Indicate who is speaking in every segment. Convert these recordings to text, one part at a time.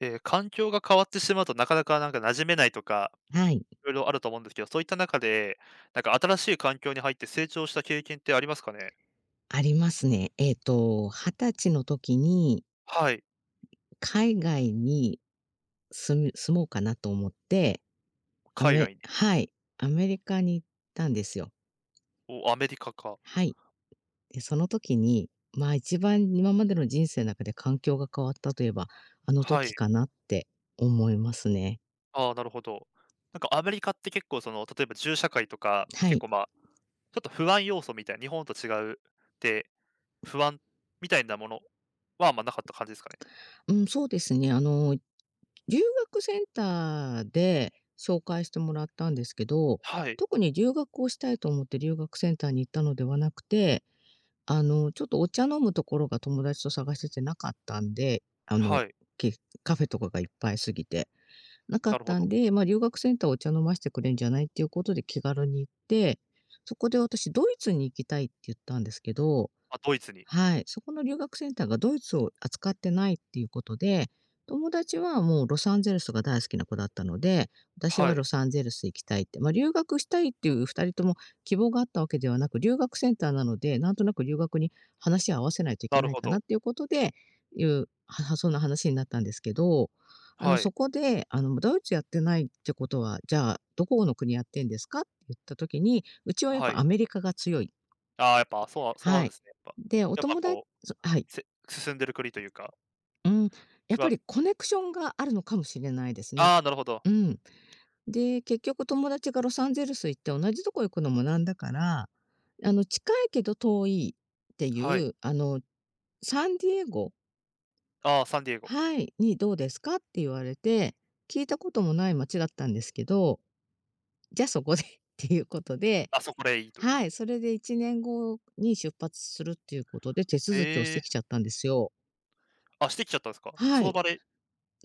Speaker 1: 環境が変わってしまうと、なかなかなんか馴染めないとか、
Speaker 2: はい、
Speaker 1: いろいろあると思うんですけど、そういった中で、なんか新しい環境に入って成長した経験ってありますかね？
Speaker 2: ありますね。20歳の時に
Speaker 1: はい、
Speaker 2: 海外に住もうかなと思って、
Speaker 1: 海外に。
Speaker 2: はい、アメリカに行ったんですよ。
Speaker 1: お、アメリカか。
Speaker 2: はい。で、その時に、まあ、一番今までの人生の中で環境が変わったといえば、あの
Speaker 1: は
Speaker 2: 時
Speaker 1: い。
Speaker 2: かなって思いますね。
Speaker 1: ああ、なるほど。なんかアメリカって結構その、例えば銃社会とか、
Speaker 2: は
Speaker 1: 結
Speaker 2: い。
Speaker 1: 構、まあ、ちょっと不安要素みたいな、日本と違うで、不安みたいなものは、あんまなかった感じですかね？
Speaker 2: うん、そうですね。あの留学センターで紹介してもらったんですけど、
Speaker 1: はい、
Speaker 2: 特に留学をしたいと思って留学センターに行ったのではなくて、あの、ちょっとお茶飲むところが友達と探しててなかったんで、
Speaker 1: はい、
Speaker 2: けカフェとかがいっぱいすぎて、なかっ
Speaker 1: なるほ
Speaker 2: たん
Speaker 1: ど。
Speaker 2: で、まあ、留学センターお茶飲ましてくれんじゃないっていうことで気軽に行って、そこで私ドイツに行きたいって言ったんですけど。
Speaker 1: あ、ドイツに。
Speaker 2: はい、そこの留学センターがドイツを扱ってないっていうことで、友達はもうロサンゼルスが大好きな子だったので、私は
Speaker 1: は
Speaker 2: ロ
Speaker 1: い、
Speaker 2: サンゼルス行きたいって、まあ、留学したいっていう2人とも希望があったわけではなく、留学センターなので、なんとなく留学に話を合わせないといけ
Speaker 1: なる
Speaker 2: ない
Speaker 1: ほ
Speaker 2: かなっ
Speaker 1: ど。
Speaker 2: ていうことで、いう、はそんな話になったんですけど、あの、
Speaker 1: は
Speaker 2: そ
Speaker 1: い、
Speaker 2: こで、あの、ドイツやってないってことは、じゃあ、どこの国やってんですかって言った時に、うちはやっ
Speaker 1: は
Speaker 2: ぱ
Speaker 1: い。
Speaker 2: アメリカが強い。
Speaker 1: ああ、やっぱ、そうそう
Speaker 2: は
Speaker 1: なんで
Speaker 2: い。
Speaker 1: すね、やっぱ。
Speaker 2: で、お
Speaker 1: やっぱ
Speaker 2: 友達。
Speaker 1: こう、
Speaker 2: はい。
Speaker 1: 進んでる国というか、
Speaker 2: うん、やっぱ
Speaker 1: は
Speaker 2: りコネクションがあるのかもしれないですね。
Speaker 1: ああ、なるほど。
Speaker 2: うん。で、結局友達がロサンゼルス行って同じとこ行くのもなんだから、あの、近いけど遠いって
Speaker 1: は
Speaker 2: い
Speaker 1: い。
Speaker 2: う、あの、サンディエゴ、
Speaker 1: ああ、サンディエゴ。
Speaker 2: はい、に「どうですか？」って言われて、聞いたこともない街だったんですけど、じゃあそこで っていうことで、
Speaker 1: あ、そこでいいという。
Speaker 2: はい、それで1年後に出発するっていうことで手続きをし
Speaker 1: へ
Speaker 2: て
Speaker 1: え。
Speaker 2: きちゃったんですよ。
Speaker 1: あ、してきちゃったんですか？
Speaker 2: は
Speaker 1: その
Speaker 2: い。
Speaker 1: 場で、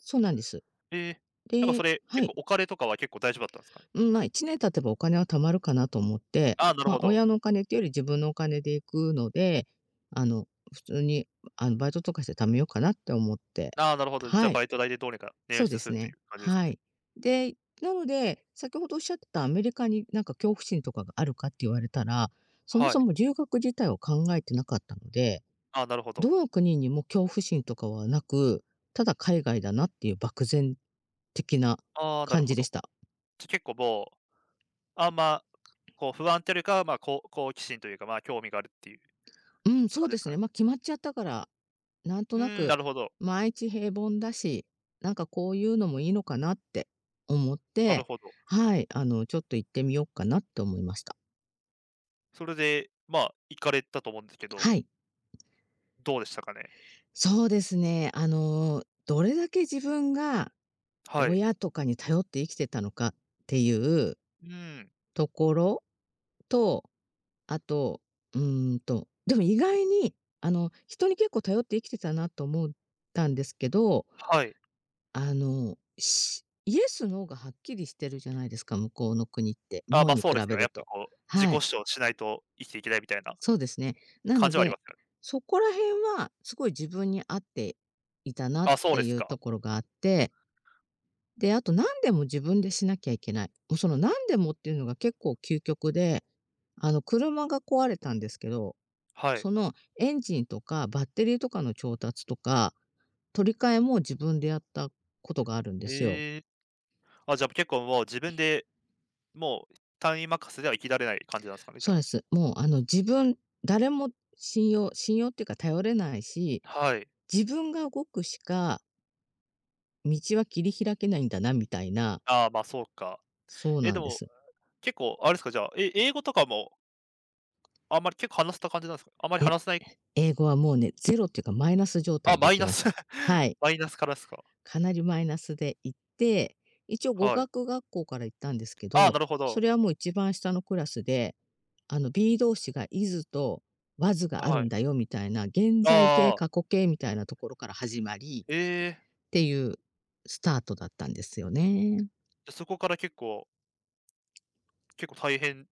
Speaker 2: そうなんです。
Speaker 1: ええ、なんかそ
Speaker 2: で、
Speaker 1: れ、
Speaker 2: は
Speaker 1: 結
Speaker 2: い。
Speaker 1: 構お金とかは結構大丈夫だったんですかね？
Speaker 2: うん、まあ、1年経てばお金は貯まるかなと思って、
Speaker 1: ああ、なる
Speaker 2: まあ、
Speaker 1: ほど。
Speaker 2: 親のお金っていうより自分のお金で行くので、あの、普通に、あの、バイトとかして貯めようかなって思って、
Speaker 1: ああ、なるほど。じゃ
Speaker 2: は
Speaker 1: あ
Speaker 2: い、
Speaker 1: バイト代でどうにか
Speaker 2: そ
Speaker 1: 捻
Speaker 2: うで
Speaker 1: 出す
Speaker 2: す
Speaker 1: るとい
Speaker 2: ね。
Speaker 1: う感じです
Speaker 2: は
Speaker 1: ね。
Speaker 2: い。で、なので、先ほどおっしゃってたアメリカになんか恐怖心とかがあるかって言われたら、そも
Speaker 1: は
Speaker 2: そ
Speaker 1: い。
Speaker 2: も留学自体を考えてなかったので、
Speaker 1: ああ、なるほど。
Speaker 2: どの国にも恐怖心とかはなく、ただ海外だなっていう漠然的な
Speaker 1: ああ、なる
Speaker 2: 感
Speaker 1: ほ
Speaker 2: じで
Speaker 1: ど。
Speaker 2: した。
Speaker 1: じゃ、結構もう、あんま、こう不安というよりかは、ま、こう好奇心というか、ま、興味があるっていう
Speaker 2: うん、そう
Speaker 1: 感じで
Speaker 2: で
Speaker 1: す
Speaker 2: す
Speaker 1: か
Speaker 2: ね。
Speaker 1: ね。
Speaker 2: まあ、決まっちゃったから、なんと
Speaker 1: う
Speaker 2: な
Speaker 1: ーん、
Speaker 2: く、
Speaker 1: なるほど、
Speaker 2: 毎日平凡だし、なんかこういうのもいいのかなって思っ
Speaker 1: なる
Speaker 2: て、
Speaker 1: ほど。
Speaker 2: はい、あの、ちょっと行ってみようかなって思いました。
Speaker 1: それで、まあ、行かれたと思うんですけ
Speaker 2: は
Speaker 1: ど、
Speaker 2: い。
Speaker 1: どうでしたかね？
Speaker 2: そうですね。あの、どれだけ自分が
Speaker 1: はい。
Speaker 2: 親とかに頼って生きてたのかっていう
Speaker 1: うん、
Speaker 2: ところと、あと、でも意外に、あの、人に結構頼って生きてたなと思ったんですけど、
Speaker 1: はい。
Speaker 2: あの、イエス、ノーがはっきりしてるじゃないですか、向こうの国って、日
Speaker 1: あ、
Speaker 2: 本
Speaker 1: まあ、
Speaker 2: に
Speaker 1: そう
Speaker 2: 比
Speaker 1: です
Speaker 2: べ
Speaker 1: よね。
Speaker 2: る
Speaker 1: やっぱ
Speaker 2: と。
Speaker 1: こう、自己
Speaker 2: はい、
Speaker 1: 主張しないと生きていけないみたいな
Speaker 2: そうですね。な
Speaker 1: 感
Speaker 2: の
Speaker 1: じはありま
Speaker 2: で、
Speaker 1: すよね。
Speaker 2: そこら辺はすごい自分に合っていたなっ
Speaker 1: あ、そう
Speaker 2: て
Speaker 1: で
Speaker 2: い
Speaker 1: す
Speaker 2: う
Speaker 1: か。
Speaker 2: ところがあって、で、あと何でも自分でしなきゃいけない。もうその何でもっていうのが結構究極で、あの車が壊れたんですけど、
Speaker 1: はい。
Speaker 2: そのエンジンとかバッテリーとかの調達とか、取り替えも自分でやったことがあるんですよ。
Speaker 1: ええ、あ、じゃあ結構もう自分で、もう単位任せでは生きられない感じなんですかね、じ
Speaker 2: そ
Speaker 1: ゃ
Speaker 2: う
Speaker 1: あ。
Speaker 2: です。もう、あの、誰も信用っていうか頼れないし、
Speaker 1: はい。
Speaker 2: 自分が動くしか道は切り開けないんだなみたいな、
Speaker 1: ああ、ま、そうか。
Speaker 2: そう
Speaker 1: え、
Speaker 2: なん
Speaker 1: で
Speaker 2: で
Speaker 1: も、
Speaker 2: す。
Speaker 1: 結構あれですか、じゃあ、英語とかもあんまり結構話せた感じなんですか？あんまり
Speaker 2: いや、
Speaker 1: 話せない。
Speaker 2: 英語はもうね、ゼロっていうかマイナス状
Speaker 1: あ、
Speaker 2: 態で
Speaker 1: マ
Speaker 2: 行
Speaker 1: イ
Speaker 2: き
Speaker 1: ナ
Speaker 2: まし
Speaker 1: ス
Speaker 2: た。は い。
Speaker 1: マイナスからですか？
Speaker 2: かなりマイナスで行って、一応語
Speaker 1: はい。
Speaker 2: 学学校から行ったんですけ
Speaker 1: あー
Speaker 2: ど、
Speaker 1: なるほ
Speaker 2: そ
Speaker 1: ど。
Speaker 2: れはもう一番下のクラスで、あの、b 動詞が is と was がある
Speaker 1: は
Speaker 2: ん
Speaker 1: い。
Speaker 2: だよみたいな、現
Speaker 1: あ
Speaker 2: 在形、
Speaker 1: あ。
Speaker 2: 過去形みたいなところから始まりっ
Speaker 1: ええ。
Speaker 2: ていうスタートだったんですよね。
Speaker 1: で、そこから結構大変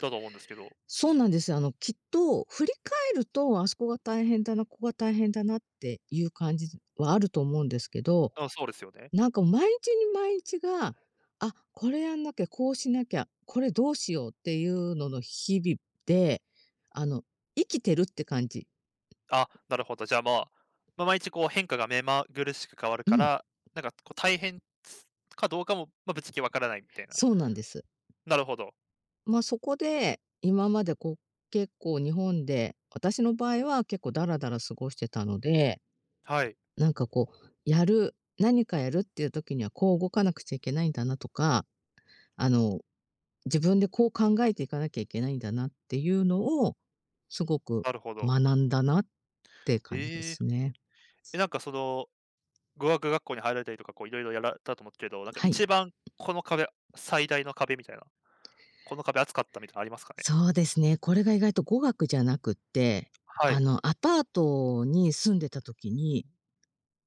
Speaker 1: だと思うんですけど。
Speaker 2: そうなんですよ。あの、きっと振り返ると、あそこが大変だな、ここが大変だなっていう感じはあると思うんですけど、
Speaker 1: あ、そうですよね。
Speaker 2: なんか毎日に毎日が、あ、これやんなきゃ、こうしなきゃ、これどうしようっていうのの日々で、あの、生きてるって感じ。
Speaker 1: あ、なるほど。じゃあ、まあ、ま、毎日こう変化が目まぐるしく変わる
Speaker 2: う
Speaker 1: か
Speaker 2: ん、
Speaker 1: ら、なんかこう大変かどうかも、ま、ぶっちゃけわからないみたいな。
Speaker 2: そうなんです。
Speaker 1: なるほど。
Speaker 2: ま、そこで、今までこう、結構日本で、私の場合は結構ダラダラ過ごしてたので、
Speaker 1: はい、
Speaker 2: なんかこう、何かやるっていう時にはこう動かなくちゃいけないんだなとか、あの、自分でこう考えていかなきゃいけないんだなっていうのを、すごく
Speaker 1: なるほど。
Speaker 2: 学んだなって感じで
Speaker 1: ええ。
Speaker 2: すね。
Speaker 1: え、なんかその、語学学校に入られたりとか、こういろいろやられたと思うけど、なんか
Speaker 2: はい。
Speaker 1: 一番この壁、最大の壁みたいな、この壁厚かったみたいなありますかね？
Speaker 2: そうですね。これが意外と語学じゃなくって、
Speaker 1: は
Speaker 2: あ
Speaker 1: い、
Speaker 2: の、アパートに住んでた時に、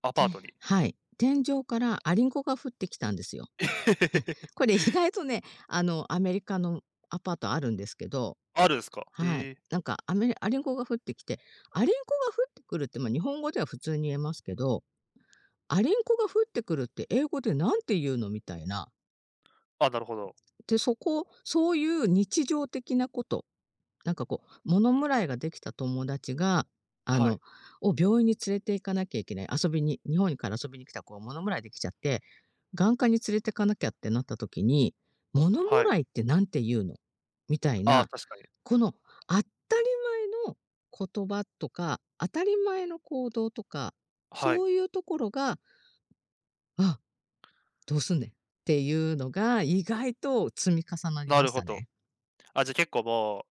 Speaker 1: アパ
Speaker 2: て
Speaker 1: ートに。
Speaker 2: はい、天井からアリンコが降ってきたんですよ。こ れ意外とね、あの、アメリカのアパートあるんですけど、
Speaker 1: あるんすか？
Speaker 2: はい。
Speaker 1: へえ。
Speaker 2: なんか、アリンコが降ってきて、アリンコが降ってくるって、まあ、日本語では普通に言えますけど、アリンコが降ってくるって英語でなんて言うのみたいな。
Speaker 1: あ、なるほど。
Speaker 2: で、そこ、そういう日常的なこと、なんかこう、物もらいができた友達が、あ
Speaker 1: は
Speaker 2: の、
Speaker 1: い、
Speaker 2: を病院に連れて行かなきゃいけない、遊びに日本から遊びに来た子が物もらいできちゃって、眼科に連れてかなきゃってなった時に、「物も
Speaker 1: はい。
Speaker 2: らいってなんて言うの？」みたい
Speaker 1: ああ、
Speaker 2: な、
Speaker 1: 確かに。
Speaker 2: この当たり前の言葉とか、当たり前の行動とか、
Speaker 1: はい、
Speaker 2: そういうところが、「あ、どうすんねん」っていうのが意外と積み重なり
Speaker 1: な
Speaker 2: ま
Speaker 1: る
Speaker 2: し
Speaker 1: ほ
Speaker 2: た
Speaker 1: ど。
Speaker 2: ね。
Speaker 1: あ、じゃ、結構もう、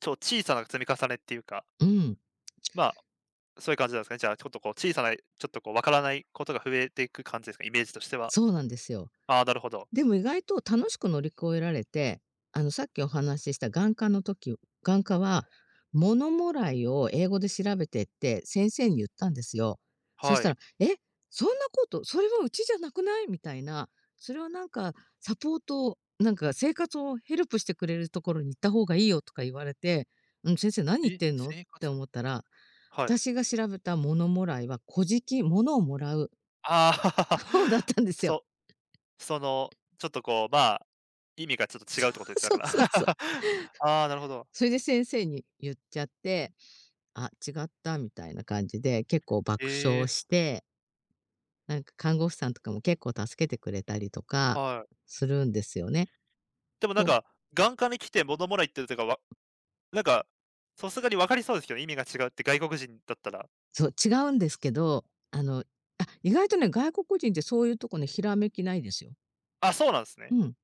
Speaker 1: 小さな積み重ねっていうか、
Speaker 2: うん。
Speaker 1: まあ、そういう感じなんですかね。じゃあ、ちょっとこう小さな、ちょっとこう分からないことが増えていく感じですか？イメージとしては。
Speaker 2: そうなんですよ。
Speaker 1: ああ、なるほど。
Speaker 2: でも意外と楽しく乗り越えられて、あのさっきお話しした眼科は、物もらいを英語で調べてって先生に言ったんですよ。そし
Speaker 1: は
Speaker 2: た
Speaker 1: い。
Speaker 2: ら、「え、そんなこと、それはうちじゃなくない？」みたいな、「それはなんかサポート、なんか生活をヘルプしてくれるところに行った方がいいよ」とか言われて、「うん、先生何言っ
Speaker 1: え、
Speaker 2: てんの？」っ
Speaker 1: 生
Speaker 2: て
Speaker 1: 活
Speaker 2: 思ったら、
Speaker 1: はい。
Speaker 2: 私が調べた物もらいは、小じき物をもらう
Speaker 1: ああ、
Speaker 2: 方だっ たんですよ。
Speaker 1: そその、ちょっとこう、まあ、意味がちょっと違うってこと ですね、
Speaker 2: そ
Speaker 1: だか
Speaker 2: う
Speaker 1: ら。
Speaker 2: そうそう。
Speaker 1: ああ、なるほど。
Speaker 2: それで先生に言っちゃって、あ、違ったみたいな感じで、結構
Speaker 1: え
Speaker 2: 爆笑
Speaker 1: え、
Speaker 2: して、なんか看護婦さんとかも結構助けてくれたりとか
Speaker 1: はい。
Speaker 2: するんですよね。
Speaker 1: でもなん
Speaker 2: そう、
Speaker 1: か、眼科に来て物もらいってるというか、なんか、さすがに分かりそうですけどね、意味が違うって外国人だったら。
Speaker 2: そう違うんですけど、あの、あ、意外とね、外国人ってそういうとこね、ひらめきないですよ。
Speaker 1: あ、そうなんです
Speaker 2: う
Speaker 1: ね。
Speaker 2: ん。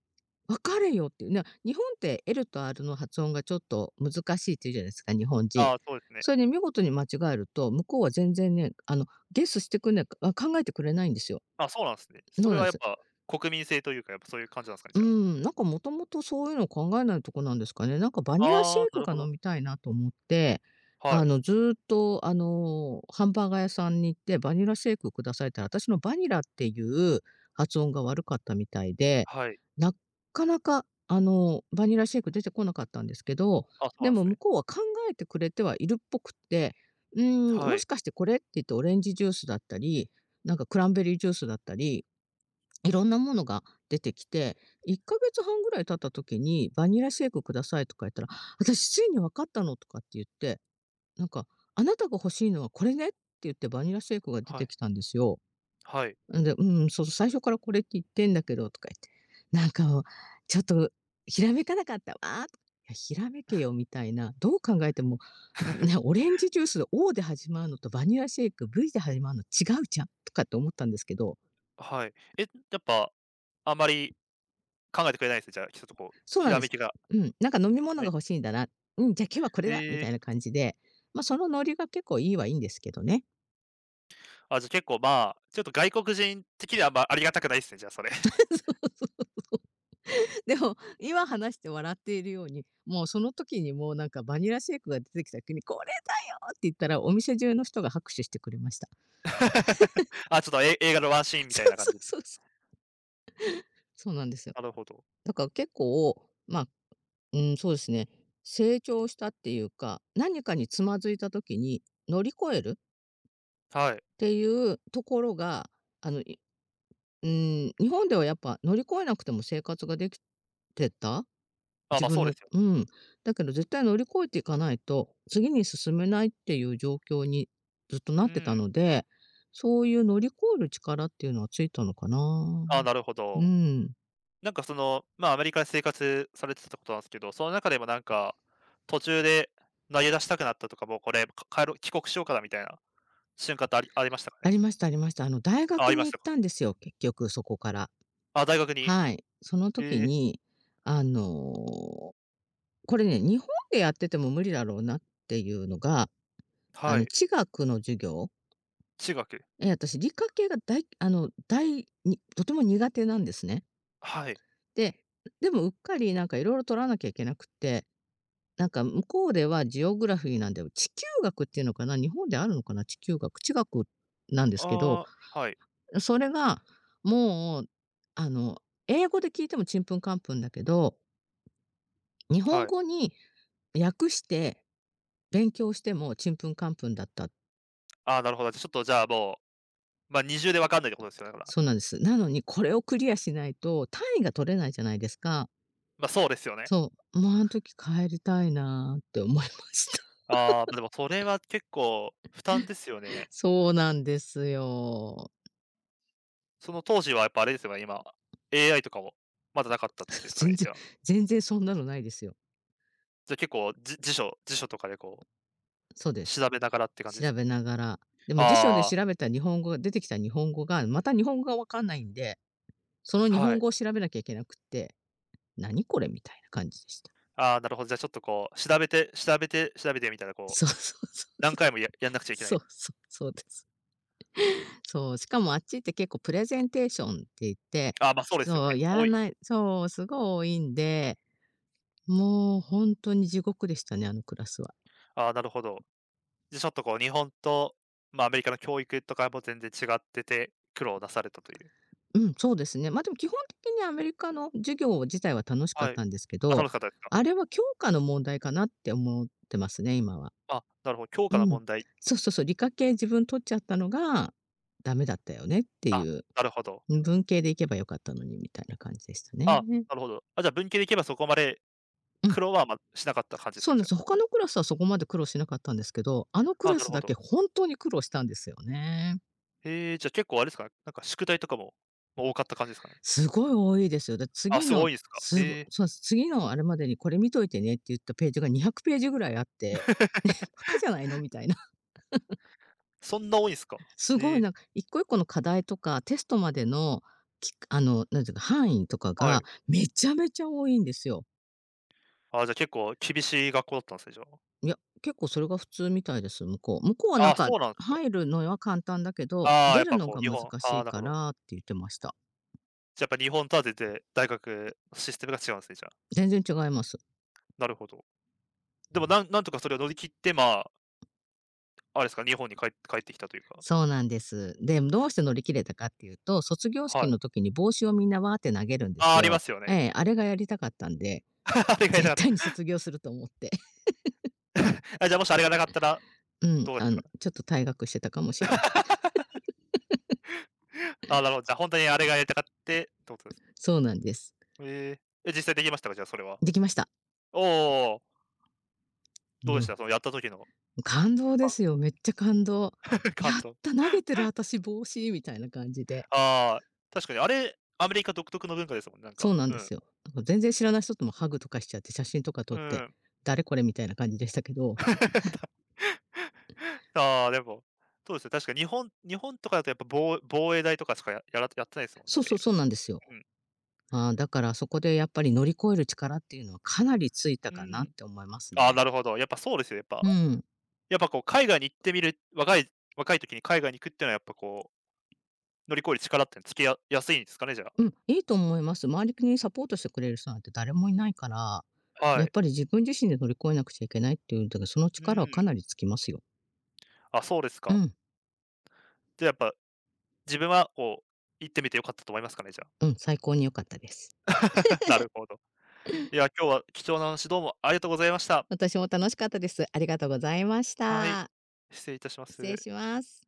Speaker 2: 分かれよっていう。日本って L と R の発音がちょっと難しいって言うじゃないですか、日本人。
Speaker 1: ああ、そうですね。
Speaker 2: それで見事に間違えると、向こうは全然ね、あの、ゲスしてくんないあ、考えてくれないんですよ。
Speaker 1: あ、そうなんですね。そ
Speaker 2: そう
Speaker 1: れ
Speaker 2: なんで
Speaker 1: はやっ
Speaker 2: す。
Speaker 1: ぱ、国民性というか、やっぱそういう感じなんですかね、
Speaker 2: う
Speaker 1: じゃあ。
Speaker 2: ん、なんかもともとそういうの考えないとこなんですかね。なんかバニラシ
Speaker 1: あ
Speaker 2: ェ
Speaker 1: あ、
Speaker 2: イ
Speaker 1: な
Speaker 2: ク
Speaker 1: る
Speaker 2: が
Speaker 1: ほ
Speaker 2: 飲
Speaker 1: ど。
Speaker 2: みたいなと思って、
Speaker 1: は
Speaker 2: あ
Speaker 1: い、
Speaker 2: の、ずーっと、あの、ハンバーガー屋さんに行って、「バニラシェイクください」って言ったら、私のバニラっていう発音が悪かったみたいで、
Speaker 1: はい。
Speaker 2: なかなか、バニラシェイク出てこなかったんですけど、
Speaker 1: あ、そう
Speaker 2: で
Speaker 1: なんで
Speaker 2: も
Speaker 1: す
Speaker 2: 向
Speaker 1: ね。
Speaker 2: こうは考えてくれてはいるっぽくって、うん、
Speaker 1: は
Speaker 2: もし
Speaker 1: い、
Speaker 2: かしてこれって言ってオレンジジュースだったり、なんかクランベリージュースだったり、いろんなものが出てきて、1ヶ月半ぐらい経った時に「バニラシェイクください」とか言ったら「私ついに分かったの」とかって言って、なんか「あなたが欲しいのはこれね」って言ってバニラシェイクが出
Speaker 1: は
Speaker 2: て
Speaker 1: い、
Speaker 2: きたんですよ。
Speaker 1: はい。
Speaker 2: んで、「うん、そう、最初からこれって言ってんだけど」とか言って「なんかちょっとひらめかなかったわ」、「いや、ひらめけよ」みたいな、どう考えても、ね、オレンジジュース「Ｏ」で始まるのとバニラシェイク「V」で始まるの違うじゃんとかって思ったんですけど、
Speaker 1: はい。え、やっぱ、あんまり考えてくれないですね、じゃあ、ちょっとこう、
Speaker 2: そう
Speaker 1: ひ
Speaker 2: なん
Speaker 1: ら
Speaker 2: で
Speaker 1: め
Speaker 2: す。
Speaker 1: きが。
Speaker 2: うん、なんか飲み物
Speaker 1: は
Speaker 2: が
Speaker 1: い。
Speaker 2: 欲しいんだな。うん、じゃあ今日はこれだみ
Speaker 1: え
Speaker 2: たいな
Speaker 1: ー
Speaker 2: 感じで、まあ、そのノリが結構いいはいいんですけどね。
Speaker 1: あ、じゃ、結構、まあ、ちょっと外国人的には、ま、ありがたくないですね、じゃあ、それ。
Speaker 2: でも、今話して笑っているように、もうその時にもうなんかバニラシェイクが出てきた時に「これだよ！」って言ったら、お店中の人が拍手してくれました。
Speaker 1: あ、ちょっと、映画のワンシー ンみ
Speaker 2: そ
Speaker 1: たい
Speaker 2: う
Speaker 1: な感
Speaker 2: そう
Speaker 1: じで。
Speaker 2: そうそう。そうなんですよ。
Speaker 1: なるほど。
Speaker 2: だから結構、まあ、うん、そうですね、成長したっていうか、何かにつまずいた時に乗り越える
Speaker 1: はい。
Speaker 2: っていうところが、あの、日本ではやっぱ乗り越えなくても生活ができてた？
Speaker 1: あ、
Speaker 2: 自
Speaker 1: ま、そ
Speaker 2: 分
Speaker 1: うで
Speaker 2: の
Speaker 1: すよ。
Speaker 2: うん。だけど絶対乗り越えていかないと、次に進めないっていう状況にずっとな
Speaker 1: う
Speaker 2: ってた
Speaker 1: ん。
Speaker 2: ので、そういう乗り越える力っていうのはついたのかな。
Speaker 1: あ、なるほ
Speaker 2: う
Speaker 1: ど。
Speaker 2: ん。
Speaker 1: なんかその、まあ、アメリカで生活されてたってことなんですけど、その中でもなんか、途中で投げ出したくなったとか、もうこれ、帰ろう帰国しようかなみたいな瞬間ってありましたかね？
Speaker 2: ありましたありました。あの、大
Speaker 1: あ、あ
Speaker 2: 学
Speaker 1: りま
Speaker 2: に
Speaker 1: し
Speaker 2: 行っ
Speaker 1: たか。
Speaker 2: たんですよ、結局そこから。
Speaker 1: あ、大学に。
Speaker 2: はい。その時
Speaker 1: ええ、
Speaker 2: に、あの、これね、日本でやってても無理だろうなっていうのが、あ
Speaker 1: は
Speaker 2: の、
Speaker 1: い。
Speaker 2: 地学の授業、
Speaker 1: 中学。
Speaker 2: ええ、私理科系がだいあの、大にとても苦手なんですね。
Speaker 1: はい。
Speaker 2: で、でもうっかりなんか色々取らなきゃいけなくって、なんか向こうではジオグラフィーなんで、地球学っていうのかな、日本であるのかな、地球学、地学なんですけど、
Speaker 1: ああ、はい、
Speaker 2: それがもう、あの、英語で聞いてもちんぷんかんぷんだけど、日本
Speaker 1: はい。
Speaker 2: 語に訳して勉強してもちんぷんかんぷんだった。
Speaker 1: ああ、なるほど。じゃ、ちょっとじゃあもう、ま、二重でわかんないってことですよね、だから。
Speaker 2: そうなんです。なのにこれをクリアしないと単位が取れないじゃないですか。
Speaker 1: ま、そうですよね。
Speaker 2: そう、もうあん時帰りたいなって思いました。
Speaker 1: ああ、ま、でもそれは結構負担ですよ ね。
Speaker 2: そうなんですよ。
Speaker 1: その当時はやっぱあれですよね、今、AI とかもまだなかった時で すか
Speaker 2: 全
Speaker 1: ね、
Speaker 2: 然
Speaker 1: じゃあ。
Speaker 2: 全然そんなのないですよ。
Speaker 1: じゃ、結構、じ辞書辞書とかでこう、
Speaker 2: そうです。
Speaker 1: 調べながらって感じで
Speaker 2: 調
Speaker 1: すね。
Speaker 2: べながら。でも辞書で
Speaker 1: あ
Speaker 2: 調べた日本語が出てきた日本語が、また日本語がわかんないんで、その日
Speaker 1: あ、は
Speaker 2: 本
Speaker 1: い。
Speaker 2: 語を調べなきゃいけなくって、何これみたいな感じでした。
Speaker 1: ああ、なるほど。じゃあちょっとこう、調べて調べて調べてみたいな こう、
Speaker 2: そうそうそう
Speaker 1: 何
Speaker 2: そう。
Speaker 1: 回もやんなくちゃいけな
Speaker 2: そう
Speaker 1: い。
Speaker 2: そう、そうです。そう、しかもあっちって結構プレゼンテーションって言って、
Speaker 1: ああ、ま、あそうですよ
Speaker 2: 人を
Speaker 1: ね。
Speaker 2: やら
Speaker 1: 多い。
Speaker 2: ないそう、すごい多いんで、もう本当に地獄でしたね、あのクラスは。
Speaker 1: ああ、なるほど。ちょっとこう日本と、ま、アメリカの教育とかも全然違ってて、苦労なされたという。
Speaker 2: うん、そうですね。ま、あでも基本的にアメリカの授業自体は楽しかっ
Speaker 1: はい。
Speaker 2: たんですけ
Speaker 1: あ、
Speaker 2: ど、
Speaker 1: 楽しかったですか？
Speaker 2: あれは教科の問題かなって思ってますね、今は。
Speaker 1: あ、なるほど、教
Speaker 2: う
Speaker 1: 科の
Speaker 2: ん。
Speaker 1: 問題。
Speaker 2: そうそうそう、理科系自分取っちゃったのがダメだったよねって
Speaker 1: あ、
Speaker 2: いう。
Speaker 1: なるほど。
Speaker 2: 文系で行けばよかったのにみたいな感じでしたね。
Speaker 1: あ、なるほど。あ、じゃあ文系でいけばそこまで
Speaker 2: うん、
Speaker 1: 苦労は、ま、しなかった感じです
Speaker 2: そう
Speaker 1: か？
Speaker 2: なんで
Speaker 1: じゃ
Speaker 2: す、
Speaker 1: あ。
Speaker 2: 他のクラスはそこまで苦労しなかったんですけど、あのク
Speaker 1: ああ、
Speaker 2: ラ
Speaker 1: なる
Speaker 2: ス
Speaker 1: ほ
Speaker 2: だけ
Speaker 1: ど。
Speaker 2: 本当に苦労したんですよね。
Speaker 1: へえ、じゃあ結構あれですかね、なんか宿題とかも、ま、多かった感じですかね？
Speaker 2: すごい多いですよ。だ
Speaker 1: あ、
Speaker 2: 次
Speaker 1: すごい多
Speaker 2: の、
Speaker 1: いんすか。
Speaker 2: すご
Speaker 1: へえ、
Speaker 2: そう、次のあれまでにこれ見といてねって言ったページが200ページぐらいあって、バカじゃないのみたいな。
Speaker 1: そんな多いんすか。
Speaker 2: す
Speaker 1: へ
Speaker 2: ごい
Speaker 1: え、
Speaker 2: なんか一個一個の課題とかテストまでの、あの、なんていうか、範囲とか
Speaker 1: は
Speaker 2: が
Speaker 1: い。
Speaker 2: めちゃめちゃ多いんですよ。
Speaker 1: あ、じゃあ結構厳しい学校だったんすね、じゃあ。
Speaker 2: いや、結構それが普通みたいです、向こう。向こうはなん
Speaker 1: あ、
Speaker 2: か
Speaker 1: そうなんすか。
Speaker 2: 入るのは簡単だけど、
Speaker 1: ああ、
Speaker 2: 出
Speaker 1: やっ
Speaker 2: る
Speaker 1: ぱ
Speaker 2: の
Speaker 1: こう
Speaker 2: が
Speaker 1: 日
Speaker 2: 難
Speaker 1: 本、
Speaker 2: し
Speaker 1: あ
Speaker 2: い
Speaker 1: あ、なる
Speaker 2: か
Speaker 1: ほど。
Speaker 2: らって言ってました。
Speaker 1: じゃ、やっぱ日本とは全然大学システムが違うんすね、じゃあ。
Speaker 2: 全然違います。
Speaker 1: なるほど。でもなんとかそれを乗り切って、まあ、あれですか、日本に帰ってきたというか。
Speaker 2: そうなんです。で、どうして乗り切れたかっていうと、卒業
Speaker 1: は
Speaker 2: 式の
Speaker 1: い。
Speaker 2: 時に帽子をみんなわーって投げるんで
Speaker 1: あ
Speaker 2: す
Speaker 1: あ、ありま
Speaker 2: よ。
Speaker 1: すよね。
Speaker 2: ええ、あれがやりたかったんで、
Speaker 1: あれ がやり
Speaker 2: 絶
Speaker 1: たか
Speaker 2: 対
Speaker 1: っ
Speaker 2: に
Speaker 1: た。
Speaker 2: 卒業すると思って。
Speaker 1: あ、じゃあもしあれがなかったら、
Speaker 2: うん、
Speaker 1: どうでし
Speaker 2: あ
Speaker 1: た
Speaker 2: の、
Speaker 1: か？
Speaker 2: ちょっと退学してたかもしれない。
Speaker 1: ああ、なるほど、じゃあほんとにあれがやりたかってってことです。
Speaker 2: そうなんです。
Speaker 1: へえ。え、実際できましたか？じゃあそれは。
Speaker 2: できました。
Speaker 1: おお、どうで
Speaker 2: の
Speaker 1: した？そのやった時の。
Speaker 2: 感動で すよ、めっちゃ感動。や
Speaker 1: 感
Speaker 2: っ
Speaker 1: 動。
Speaker 2: た、投げてる私帽子みたいな感じで。
Speaker 1: ああ、確かにあれ、アメリカ独特の文化ですもんね、なん
Speaker 2: そう
Speaker 1: か。
Speaker 2: なん
Speaker 1: う
Speaker 2: です
Speaker 1: ん。
Speaker 2: よ。なんか全然知らない人ともハグとかしちゃって、写真とか撮
Speaker 1: う
Speaker 2: って、
Speaker 1: ん。
Speaker 2: 誰これみたいな感じでしたけど、
Speaker 1: ああ、でも、そうですよ、確か日本とかだとやっぱ防衛大とかしかやってないですもんね、
Speaker 2: そ
Speaker 1: あ
Speaker 2: うそう
Speaker 1: れ、
Speaker 2: そうなんですよ。
Speaker 1: うん。
Speaker 2: ああ、だからそこでやっぱり乗り越える力っていうのはかなりついた
Speaker 1: う
Speaker 2: かなっ
Speaker 1: ん。
Speaker 2: て思います
Speaker 1: ああ、な
Speaker 2: ね。
Speaker 1: るほど。やっぱそうですよ、やっぱ。
Speaker 2: うん。
Speaker 1: やっぱこう海外に行ってみる、若い時に海外に行くっていうのはやっぱこう、乗り越える力ってのつけやすいんですかね、じゃあ。
Speaker 2: うん、いいと思います。周りにサポートしてくれる人なんて誰もいないから、
Speaker 1: は
Speaker 2: やっ
Speaker 1: い。
Speaker 2: ぱり自分自身で乗り越えなくちゃいけないっていう、だからその
Speaker 1: う
Speaker 2: 力はか
Speaker 1: ん。
Speaker 2: なりつきますよ。
Speaker 1: あ、そうです
Speaker 2: う
Speaker 1: か。
Speaker 2: ん。
Speaker 1: じゃあやっぱ、自分はこう、行ってみて良かったと思いますかね、じゃあ。
Speaker 2: うん、最高に良かったです。
Speaker 1: なるほど。いや、今日は貴重な話どうもありがとうございました。
Speaker 2: 私も楽しかったです。ありがとうございまし
Speaker 1: はい、
Speaker 2: た。
Speaker 1: 失礼いたしま
Speaker 2: 失礼
Speaker 1: す。
Speaker 2: します。